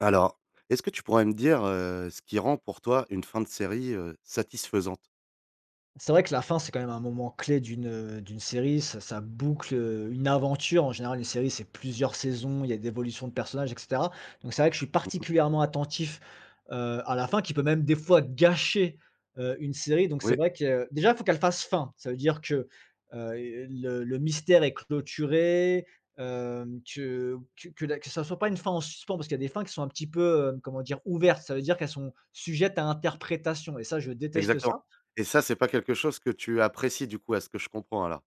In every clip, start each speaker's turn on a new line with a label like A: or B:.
A: Alors, est-ce que tu pourrais me dire, ce qui rend pour toi une fin de série, satisfaisante?
B: C'est vrai que la fin, c'est quand même un moment clé d'une série. Ça boucle, une aventure. En général, une série, c'est plusieurs saisons, il y a des évolutions de personnages, et cetera. Donc c'est vrai que je suis
A: Mmh.
B: particulièrement attentif, à la fin qui peut même des fois gâcher, une série. Donc c'est
A: Oui,
B: vrai que déjà, il faut qu'elle fasse fin. Ça veut dire que, heu, le mystère est clôturé, hem, que la que ça ne soit pas une fin en suspens parce qu'il y a des fins qui sont un petit peu, comment dire? Ouvertes. Ça veut dire qu'elles sont sujettes à interprétation et ça, je déteste
A: exactement,
B: ça.
A: et ça, c'est pas quelque chose que tu apprécies du coup, à ce que je comprends alors?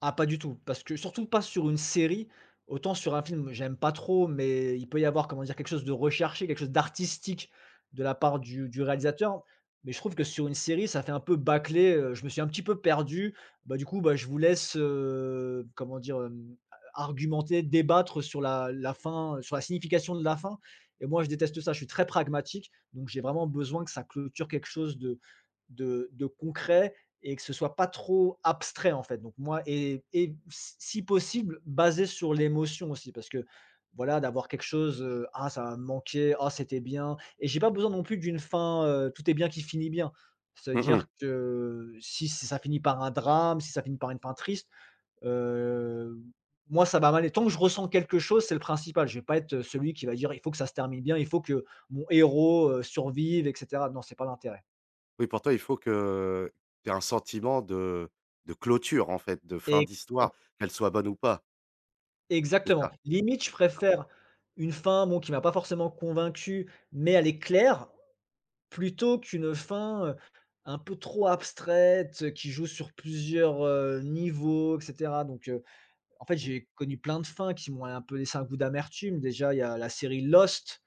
B: Ah pas du tout, parce que surtout pas sur une série, autant sur un film, j'aime pas trop, mais il peut y avoir, comment dire, quelque chose de recherché, quelque chose d'artistique de la part du réalisateur. Mais je trouve que sur une série, ça fait un peu bâclé, je me suis un petit peu perdu. Bah, du coup, bah, je vous laisse, comment dire, argumenter, débattre sur la fin, sur la signification de la fin et moi je déteste ça, je suis très pragmatique, donc j'ai vraiment besoin que ça clôture quelque chose de de concret et que ce soit pas trop abstrait en fait. Donc moi et si possible basé sur l'émotion aussi parce que voilà d'avoir quelque chose ah ça m'a manqué ah c'était bien et j'ai pas besoin non plus d'une fin tout est bien qui finit bien. Cest à dire
A: Mmh.
B: que si ça finit par un drame, si ça finit par une fin triste, euh, moi ça va mal. Et tant que je ressens quelque chose, c'est le principal. Je vais pas être celui qui va dire il faut que ça se termine bien, il faut que mon héros survive, etc. Non, c'est pas l'intérêt.
A: Oui, pour toi, il faut que tu aies un sentiment de clôture en fait, de fin d'histoire, qu'elle soit bonne ou pas, c'est
B: Exactement.
A: ça?
B: Limite, je
A: D'accord.
B: préfère une fin, bon, qui m'a pas forcément convaincu, mais elle est claire, plutôt qu'une fin, un peu trop abstraite, qui joue sur plusieurs, niveaux et cetera. Donc, en fait,
A: Mmh.
B: j'ai connu plein de fins qui m'ont un peu laissé un goût d'amertume. Déjà, il y a la série Lost.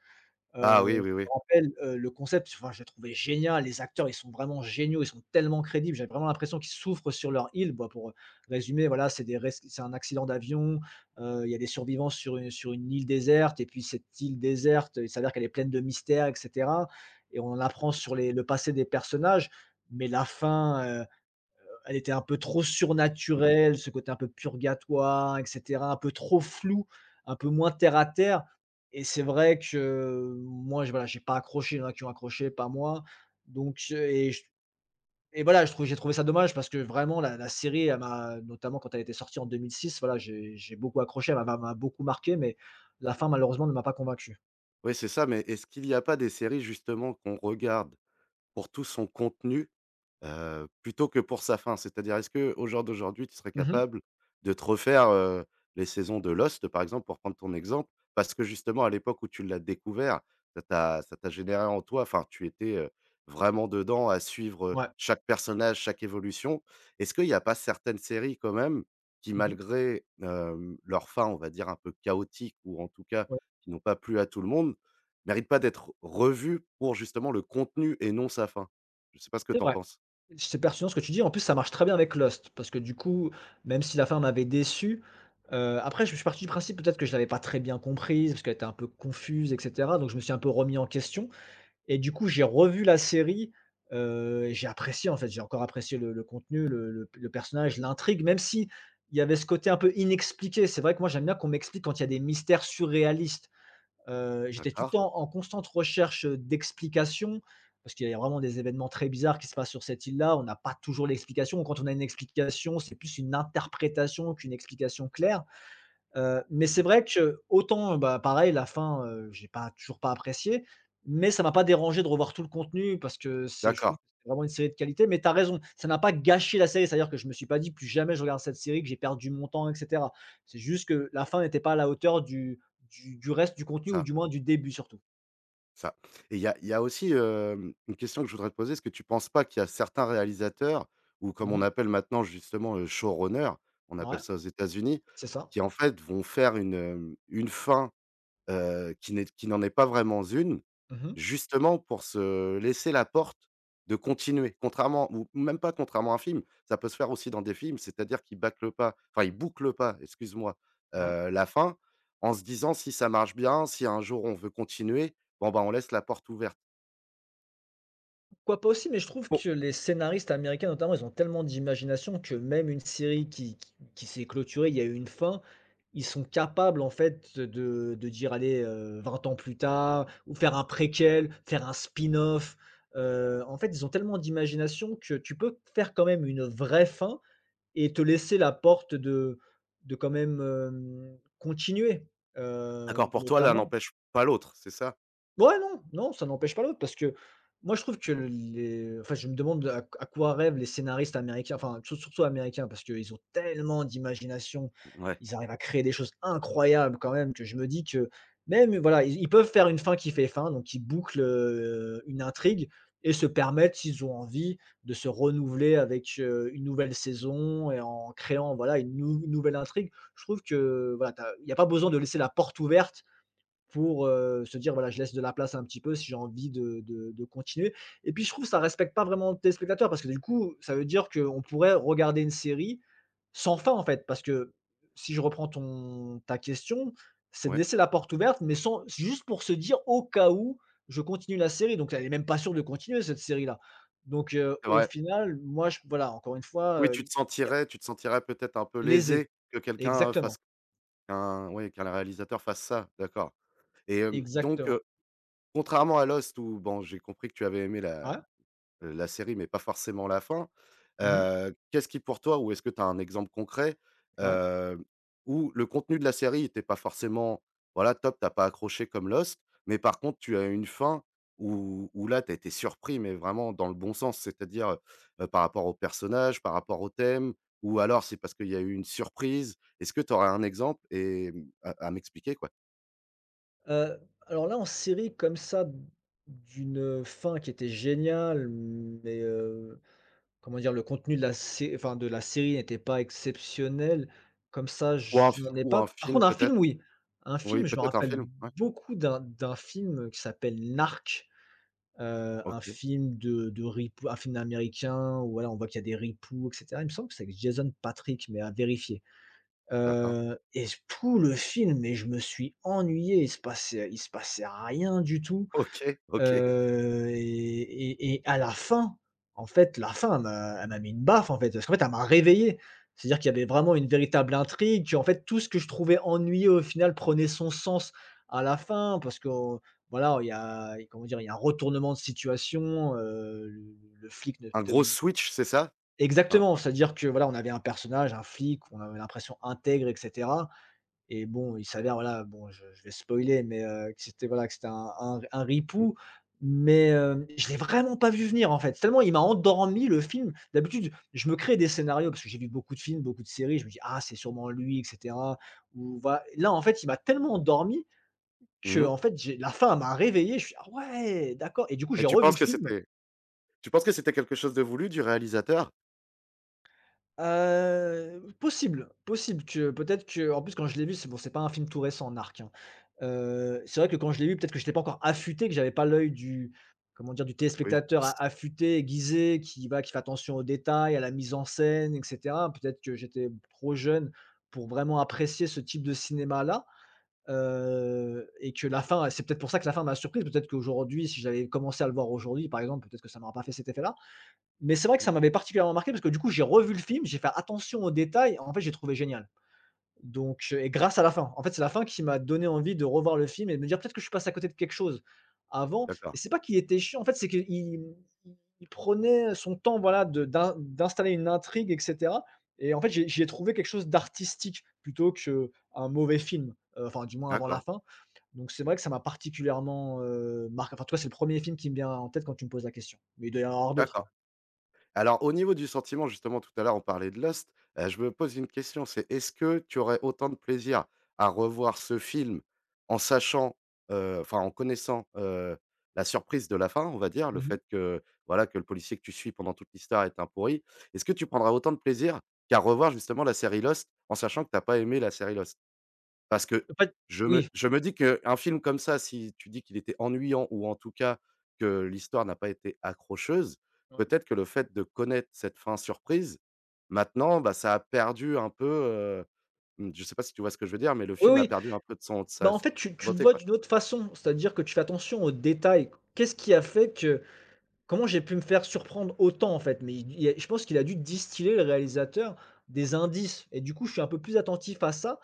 A: Ah
B: Je
A: oui, oui, oui.
B: me rappelle, le concept, enfin, je le trouvais génial. Les acteurs, ils sont vraiment géniaux, ils sont tellement crédibles. J'avais vraiment l'impression qu'ils souffrent sur leur île. Bah, pour résumer, voilà, c'est des res c'est un accident d'avion, il y a des survivants sur une île déserte et puis cette île déserte, il s'avère qu'elle est pleine de mystères et cetera et on en apprend sur les le passé des personnages, mais la fin, elle était un peu trop
A: Oui,
B: surnaturelle, ce côté un peu purgatoire, etc., un peu trop flou, un peu moins terre à terre. Et c'est vrai que voilà, j'ai pas accroché, il y en a qui ont accroché, pas moi. Donc, euh, et, je- et voilà, j'ai trouvé ça dommage parce que vraiment, la série, notamment quand elle était sortie en 2006, voilà, j'ai beaucoup accroché, m'a beaucoup marqué, mais la fin, malheureusement, ne m'a pas convaincu.
A: oui, c'est ça, mais est-ce qu'il n'y a pas des séries justement qu'on regarde pour tout son contenu, plutôt que pour sa fin? C'est-à-dire, est-ce que au jour d'aujourd'hui, tu serais
B: Mhm.
A: capable de te refaire, les saisons de Lost, par exemple, pour prendre ton exemple? Parce que justement, à l'époque où tu l'as découvert, ça t'a généré en toi, enfin, tu étais, vraiment dedans à suivre,
B: Ouais.
A: chaque personnage, chaque évolution. Est-ce qu'il n'y a pas certaines séries quand même qui,
B: Mhm.
A: malgré, leur fin, on va dire un peu chaotique, ou en tout cas
B: Ouais.
A: qui n'ont pas plu à tout le monde, méritent pas d'être revues pour justement le contenu et non sa fin? Je ne sais pas ce que
B: C'est
A: tu en
B: vrai.
A: penses?
B: C'est pertinent ce que tu dis. En plus, ça marche très bien avec Lost, parce que du coup, même si la fin m'avait déçu, après je suis parti du principe peut-être que je l'avais pas très bien comprise, parce qu'elle était un peu confuse et cetera, donc je me suis un peu remis en question et du coup, j'ai revu la série, et j'ai apprécié en fait, j'ai encore apprécié le contenu, le personnage, l'intrigue, même si il y avait ce côté un peu inexpliqué. C'est vrai que moi, j'aime bien qu'on m'explique quand il y a des mystères surréalistes. J'étais tout le
A: D'accord.
B: temps en constante recherche, d'explications parce qu'il y a vraiment des événements très bizarres qui se passent sur cette île-là. On n'a pas toujours l'explication. Quand on a une explication, c'est plus une interprétation qu'une explication claire. Mais c'est
A: Mmh.
B: vrai que autant, bah, pareil la fin, j'ai pas toujours pas apprécié, mais ça m'a pas dérangé de revoir tout le contenu parce que c'est je trouve
A: D'accord,
B: que c'est vraiment une série de qualité. Mais t'as raison, ça n'a pas gâché la série, c'est-à-dire que je me suis pas dit: «Plus jamais je regarde cette série, que j'ai perdu mon temps» et cetera. C'est juste que la fin n'était pas à la hauteur du reste du
A: c'est
B: contenu ou
A: ça,
B: du moins du début surtout.
A: c'est ça, et il y a aussi, une question que je voudrais te poser. Est-ce que tu penses pas qu'il y a certains réalisateurs ou, comme on
B: Mmh.
A: appelle maintenant justement, showrunners, on
B: Ouais,
A: appelle ça aux États-Unis,
B: c'est ça.
A: qui en fait vont faire une, une fin, qui n'en est pas vraiment une?
B: Mmh.
A: Justement pour se laisser la porte de continuer. Contrairement, ou même pas contrairement à un film, ça peut se faire aussi dans des films, c'est-à-dire qu'ils bâclent pas, enfin ils bouclent pas, excuse-moi,
B: Ouais.
A: la fin, en se disant: «Si ça marche bien, si un jour on veut continuer, bon bah, on laisse la porte ouverte».
B: Quoi, pas aussi, mais je trouve
A: Bon,
B: que les scénaristes américains, notamment, ils ont tellement d'imagination que même une série qui s'est clôturée, il y a eu une fin, ils sont capables, en fait, de dire: «Allez, 20 ans plus tard» ou faire un préquel, faire un spin-off. En fait, ils ont tellement d'imagination que tu peux faire quand même une vraie fin et te laisser la porte de quand même, continuer,
A: d'accord, pour toi, l'un
B: notamment.
A: n'empêche pas l'autre, c'est ça?
B: Ouais, non, non, ça n'empêche pas l'autre parce que moi, je trouve que les enfin, je me demande à quoi rêvent les scénaristes américains, enfin, surtout américains parce qu'ils ont tellement d'imagination,
A: Ouais,
B: ils arrivent à créer des choses incroyables quand même que je me dis que même, voilà, ils peuvent faire une fin qui fait fin, donc ils bouclent, une intrigue et se permettent, s'ils ont envie, de se renouveler avec, une nouvelle saison et en créant, voilà, une nou nouvelle intrigue. Je trouve que, voilà, tu il n'y a pas besoin de laisser la porte ouverte pour, se dire: «Voilà, je laisse de la place un petit peu si j'ai envie de continuer» et puis je trouve que ça respecte pas vraiment le téléspectateur parce que du coup, ça veut dire qu'on pourrait regarder une série sans fin, en fait. Parce que si je reprends ton ta question, c'est de
A: ouais,
B: laisser la porte ouverte, mais sans juste pour se dire: «Au cas où, je continue la série», donc elle est même pas sûre de continuer cette série-là. Donc
A: c'est
B: au
A: vrai.
B: final, moi je voilà, encore une fois,
A: Oui, tu te
B: y a
A: sentirais tu te sentirais peut-être un peu
B: lésé.
A: lésé que quelqu'un, fasse
B: Exactement,
A: qu'un oui, qu'un réalisateur fasse ça, d'accord, et donc
B: exactement.
A: contrairement à Lost, où bon, j'ai compris que tu avais aimé la
B: Ouais.
A: la série, mais pas forcément la fin,
B: Mmh.
A: qu'est-ce qui pour toi, ou est-ce que tu as un exemple concret,
B: Ouais.
A: heu, où le contenu de la série était pas forcément, voilà, top, tu as pas accroché comme Lost, mais par contre tu as eu une fin où où là, tu as été surpris, mais vraiment dans le bon sens, c'est-à-dire, par rapport aux personnages, par rapport au thème, ou alors c'est parce qu'il y a eu une surprise? Est-ce que tu aurais un exemple et, mmh, à m'expliquer, quoi?
B: Heu, alors là, en série comme ça, d'une, fin qui était géniale, mais, comment dire? Le contenu de la sé enfin de la série n'était pas exceptionnel. Comme ça,
A: Ou un
B: je
A: f
B: n'en ai
A: ou un
B: pas. Par
A: film
B: contre un film,
A: peut-être?
B: oui. Un film,
A: Oui,
B: je me
A: peut-être un
B: rappelle
A: film? Ouais.
B: beaucoup d'un film, qui s'appelle Narc. Un
A: OK,
B: film de ripou un film américain où voilà, on voit qu'il y a des ripoux et cetera. Il me semble que c'est avec Jason Patrick, mais à vérifier.
A: d'accord.
B: Et tout le film, mais je me suis ennuyé, il se passait rien du tout,
A: OK, OK.
B: et à la fin, en fait, la fin, elle m'a mis une baffe, en fait, parce qu'en fait, elle m'a réveillé. C'est-à-dire qu'il y avait vraiment une véritable intrigue, que en fait, tout ce que je trouvais ennuyé au final, prenait son sens à la fin parce que, voilà, il y a comment dire? Il y a un retournement de situation, le flic ne
A: Un
B: te
A: gros switch, c'est ça? Un
B: exactement, c'est-à-dire que, voilà, on avait un personnage, un flic, on avait l'impression intègre et cetera et bon, il s'avère, voilà, bon, je vais spoiler, mais, que c'était, voilà, que c'était un un
A: un
B: ripou, mais, je l'ai vraiment pas vu venir, en fait. Tellement il m'a endormi le film. D'habitude, je me crée des scénarios parce que j'ai vu beaucoup de films, beaucoup de séries, je me dis: «Ah, c'est sûrement lui et cetera» ou voilà. Là, en fait, il m'a tellement endormi que
A: mmh,
B: en fait, j'ai la fin m'a réveillé, je suis «Ah ouais, d'accord» et du coup, j'ai
A: et tu
B: revu
A: penses
B: le
A: que
B: film.
A: c'était, quelque chose de voulu du réalisateur?
B: Possible, possible que peut-être que. En plus, quand je l'ai vu, c'est bon, c'est pas un film tout récent, Narc, hein. C'est vrai que quand je l'ai vu, peut-être que je j'étais pas encore affûté, que j'avais pas l'œil du comment dire? Du
A: Oui,
B: téléspectateur a affûté, aiguisé, qui va qui fait attention aux détails, à la mise en scène et cetera. Peut-être que j'étais trop jeune pour vraiment apprécier ce type de cinéma-là, et que la fin c'est peut-être pour ça que la fin m'a surprise. Peut-être qu'aujourd'hui, si j'avais commencé à le voir aujourd'hui, par exemple, peut-être que ça m'aurait pas fait cet effet-là. Mais c'est vrai que ça m'avait particulièrement marqué parce que du coup, j'ai revu le film, j'ai fait attention aux détails. En fait, j'ai trouvé génial. Et grâce à la fin. En fait, c'est la fin qui m'a donné envie de revoir le film et de me dire peut-être que je suis passé à côté de quelque chose avant. Et
A: d'accord,
B: c'est pas qu'il était chiant, en fait, c'est qu'il il prenait son temps, voilà, d'installer une intrigue, etc. Et en fait, j'y ai trouvé quelque chose d'artistique plutôt qu'un mauvais film, enfin, du moins avant la
A: d'accord,
B: fin. Donc, c'est
A: mmh,
B: vrai que ça m'a particulièrement marqué. Enfin, en tout cas, c'est le premier film qui me vient en tête quand tu me poses la question. Mais il doit y en avoir d'autres, hein.
A: d'accord. Alors, au niveau du sentiment, justement, tout à l'heure, on parlait de Lost, je me pose une question, c'est est-ce que tu aurais autant de plaisir à revoir ce film en sachant, enfin, en connaissant, la surprise de la fin, on va dire, le
B: Mhm.
A: fait que, voilà, que le policier que tu suis pendant toute l'histoire est un pourri. Est-ce que tu prendras autant de plaisir qu'à revoir justement la série Lost, en sachant que tu as pas aimé la série Lost? Parce que
B: Pas-
A: je
B: Oui.
A: me je me dis qu'un film comme ça, si tu dis qu'il était ennuyant ou en tout cas que l'histoire n'a pas été accrocheuse,
B: Ouais.
A: peut-être que le fait de connaître cette fin surprise, maintenant, bah, ça a perdu un peu, mmh, je sais pas si tu vois ce que je veux dire, mais le
B: Oui,
A: film a
B: oui.
A: perdu un peu de son de
B: Bah,
A: sa
B: en
A: sa
B: fait, tu le
A: beauté,
B: vois
A: quoi.
B: d'une autre façon, c'est-à-dire que tu fais attention aux détails. Qu'est-ce qui a fait que, comment j'ai pu me faire surprendre autant, en fait? Mais il y a je pense qu'il a dû distiller, le réalisateur, des indices, et du coup, je suis un peu plus attentif à ça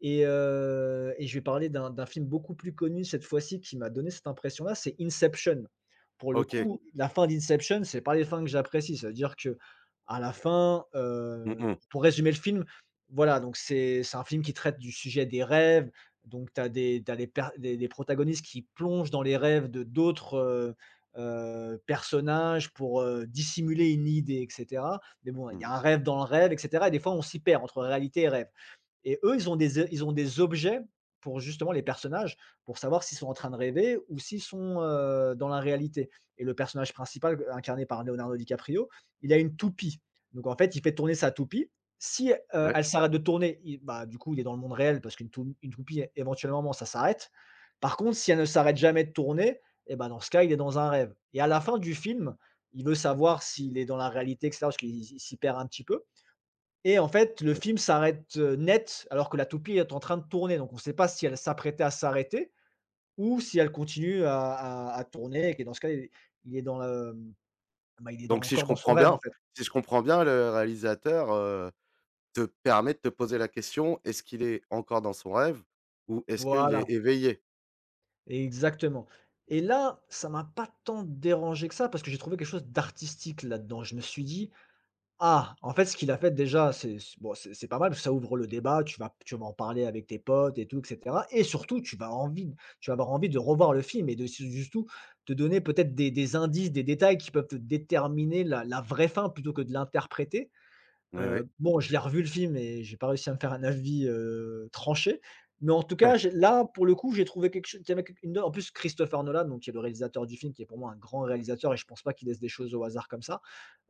B: et je vais parler d'un film beaucoup plus connu cette fois-ci qui m'a donné cette impression-là, c'est Inception. Pour le, ah oui,
A: OK.
B: coup, la fin d'Inception, c'est pas les fins que j'apprécie. C'est à dire que à la fin,
A: Mmh mh.
B: pour résumer le film, voilà, donc c'est un film qui traite du sujet des rêves, donc tu as des t'as des per des protagonistes qui plongent dans les rêves de d'autres, personnages pour, dissimuler une idée et cetera. Mais bon, il y a
A: Mmh.
B: un rêve dans le rêve et cetera, et des fois on s'y perd entre réalité et rêve. Et eux, ils ont des objets pour justement les personnages, pour savoir s'ils sont en train de rêver ou s'ils sont, dans la réalité. Et le personnage principal, incarné par Leonardo DiCaprio, il a une toupie. Donc en fait, il fait tourner sa toupie. Si,
A: Ouais.
B: elle s'arrête de tourner, bah, du coup, il est dans le monde réel parce qu'une une toupie, éventuellement, bon, ça s'arrête. Par contre, si elle ne s'arrête jamais de tourner, eh ben, dans ce cas, il est dans un rêve. Et à la fin du film, il veut savoir s'il est dans la réalité, etc., parce s'y perd un petit peu. Et en fait, le film s'arrête, net, alors que la toupie est en train de tourner. Donc, on ne sait pas si elle s'apprêtait à s'arrêter ou si elle continue à, à tourner. Et que dans ce cas, il est, dans la- bah,
A: Donc, si je
B: encore dans son
A: comprends
B: rêve, en
A: bien
B: fait.
A: si je comprends bien, le réalisateur, te permet de te poser la question: «Est-ce qu'il est encore dans son rêve ou est-ce qu'il
B: Voilà,
A: est éveillé?»
B: exactement. Et là, ça m'a pas tant dérangé que ça parce que j'ai trouvé quelque chose d'artistique là-dedans. Je me suis dit, ah! En fait, ce qu'il a fait déjà, c'est c bon, c'est pas mal, parce que ça ouvre le débat, tu vas en parler avec tes potes et tout et cetera, et surtout, tu vas avoir envie de revoir le film et, de surtout, te donner peut-être des indices, des détails qui peuvent te déterminer la la vraie fin plutôt que de l'interpréter.
A: Oui, oui.
B: Bon, je l'ai revu, le film, et j'ai pas réussi à me faire un avis, tranché, mais en tout cas, pour le coup, j'ai trouvé quelque chose. En plus, Christopher Nolan, donc qui est le réalisateur du film, qui est pour moi un grand réalisateur, et je pense pas qu'il laisse des choses au hasard comme ça.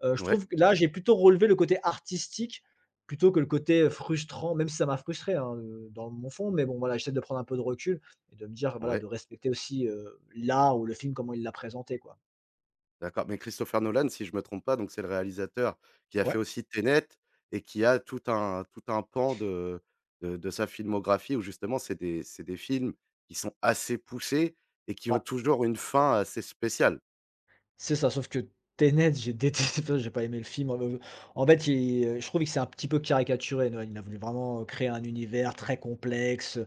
B: Je
A: Ouais.
B: trouve que là, j'ai plutôt relevé le côté artistique plutôt que le côté frustrant, même si ça m'a frustré, hein, dans mon fond, mais bon, voilà, j'essaie de prendre un peu de recul et de me dire, voilà,
A: Ouais,
B: de respecter aussi, l'art ou le film, comment il l'a présenté, quoi.
A: d'accord, mais Christopher Nolan, si je me trompe pas, donc c'est le réalisateur qui a fait
B: Ouais.
A: aussi Tenet, et qui a tout un pan de sa filmographie où justement c'est des films qui sont assez poussés et qui
B: Ouais.
A: ont toujours une fin assez spéciale.
B: C'est ça, sauf que Tenet, j'ai détesté, j'ai pas aimé le film. En fait, il, je trouve que c'est un petit peu caricaturé Nolan. Il a voulu vraiment, créer un univers très complexe,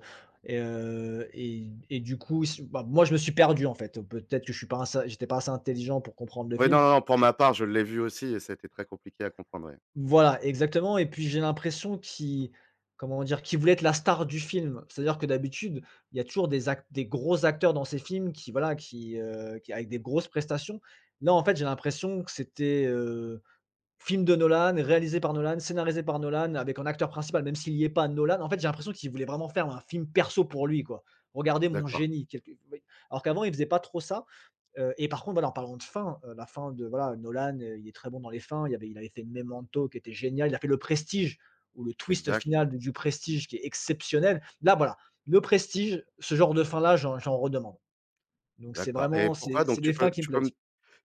B: et du coup, s bah, moi, je me suis perdu, en fait. Peut-être que je suis pas assez j'étais pas assez intelligent pour comprendre le
A: Oui, non,
B: film.
A: non, non, pour
B: Je
A: ma part, je l'ai vu aussi et ça a été très compliqué à comprendre, ouais.
B: Voilà, exactement, et puis j'ai l'impression qu'il, comment dire? Qu'il voulait être la star du film. C'est-à-dire que d'habitude, il y a toujours des gros acteurs dans ces films qui, voilà, qui avec des grosses prestations. Là, en fait, j'ai l'impression que c'était, euh, film de Nolan, réalisé par Nolan, scénarisé par Nolan, avec un acteur principal, même s'il n'y est pas Nolan. En fait, j'ai l'impression qu'il voulait vraiment faire un film perso pour lui, quoi. «Regardez mon
A: D'accord,
B: génie», quelque, oui. Alors qu'avant, il faisait pas trop ça, et par contre, voilà, en parlant de fin, la fin de, voilà, Nolan, il est très bon dans les fins. Il avait fait Memento qui était génial. Il a fait Le Prestige, où le twist
A: exact,
B: final du Prestige qui est exceptionnel. Là, voilà, Le Prestige, ce genre de fin là, j'en redemande. Donc c'est
A: d'accord, et
B: vraiment c'est
A: pourquoi
B: c'est
A: donc, tu
B: des fins
A: peux
B: qui me
A: tu peux
B: plaisent.
A: me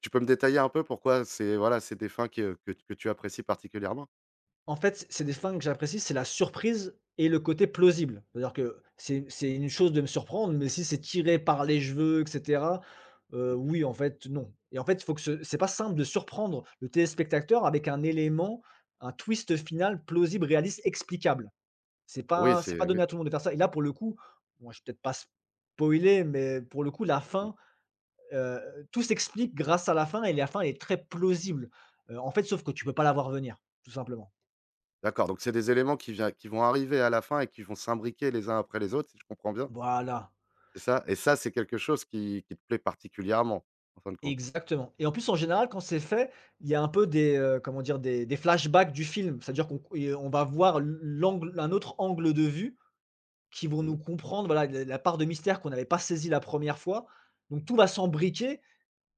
A: tu peux me détailler un peu pourquoi c'est, voilà, c'est des fins que que tu apprécies particulièrement?
B: En fait, c'est des fins que j'apprécie, c'est la surprise et le côté plausible. C'est-à-dire que c'est une chose de me surprendre, mais si c'est tiré par les cheveux et cetera, oui, en fait, non, et en fait, il faut que ce c'est pas simple de surprendre le téléspectateur avec un élément, un twist final plausible, réaliste, explicable. C'est
A: Oui,
B: pas c'est pas
A: c'est oui.
B: donné à tout le monde de faire ça, et là, pour le coup, bon, je vais peut-être pas spoiler, mais pour le coup, la fin, heu, tout s'explique grâce à la fin, et la fin est très plausible. En fait, sauf que tu peux pas la voir venir, tout simplement.
A: D'accord, donc c'est des éléments qui vient qui vont arriver à la fin et qui vont s'imbriquer les uns après les autres, si je comprends bien?
B: Voilà.
A: C'est ça? Et
B: E
A: ça, c'est quelque chose qui te plaît particulièrement, en fin de compte?
B: Exactement, et en plus, en général, quand c'est fait, il y a un peu des, comment dire? Des flashbacks du film. C'est-à-dire qu'on et on va voir l'angle un autre angle de vue qui vont
A: Mmh.
B: nous comprendre, voilà, la part de mystère qu'on n'avait pas saisie la première fois. Donc tout va s'embriquer,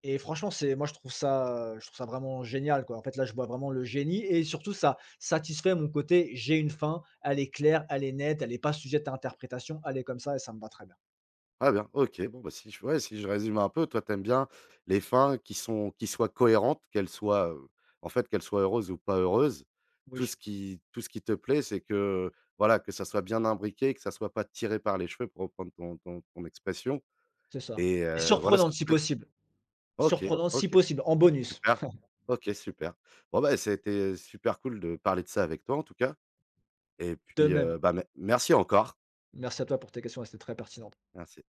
B: et franchement, c'est, moi, je trouve ça vraiment génial, quoi. En fait, là, je vois vraiment le génie, et surtout ça satisfait mon côté: «J'ai une fin, elle est claire, elle est nette, elle n'est pas sujette à interprétation, elle est comme ça», et ça me va très bien.
A: Ah bien, OK, bon, bah, si je, ouais, si je résume un peu, toi, t'aimes bien les fins qui soient cohérentes, qu'elles soient, en fait, qu'elles soient heureuses ou pas heureuses. Tout
B: Oui,
A: ce qui tout ce qui te plaît, c'est que, voilà, que ça soit bien imbriqué, que ça soit pas tiré par les cheveux, pour reprendre ton ton expression,
B: c'est ça,
A: et
B: et
A: voilà ce
B: surprenante
A: qui te
B: si
A: plaît.
B: possible.
A: OK,
B: Surprenant si
A: OK,
B: possible, en bonus.
A: super. OK, super. Bon, bah, c'était super cool de parler de ça avec toi, en tout cas. Et
B: De
A: puis,
B: même.
A: bah, me merci encore.
B: Merci à toi pour tes questions, elles étaient très pertinentes.
A: Merci.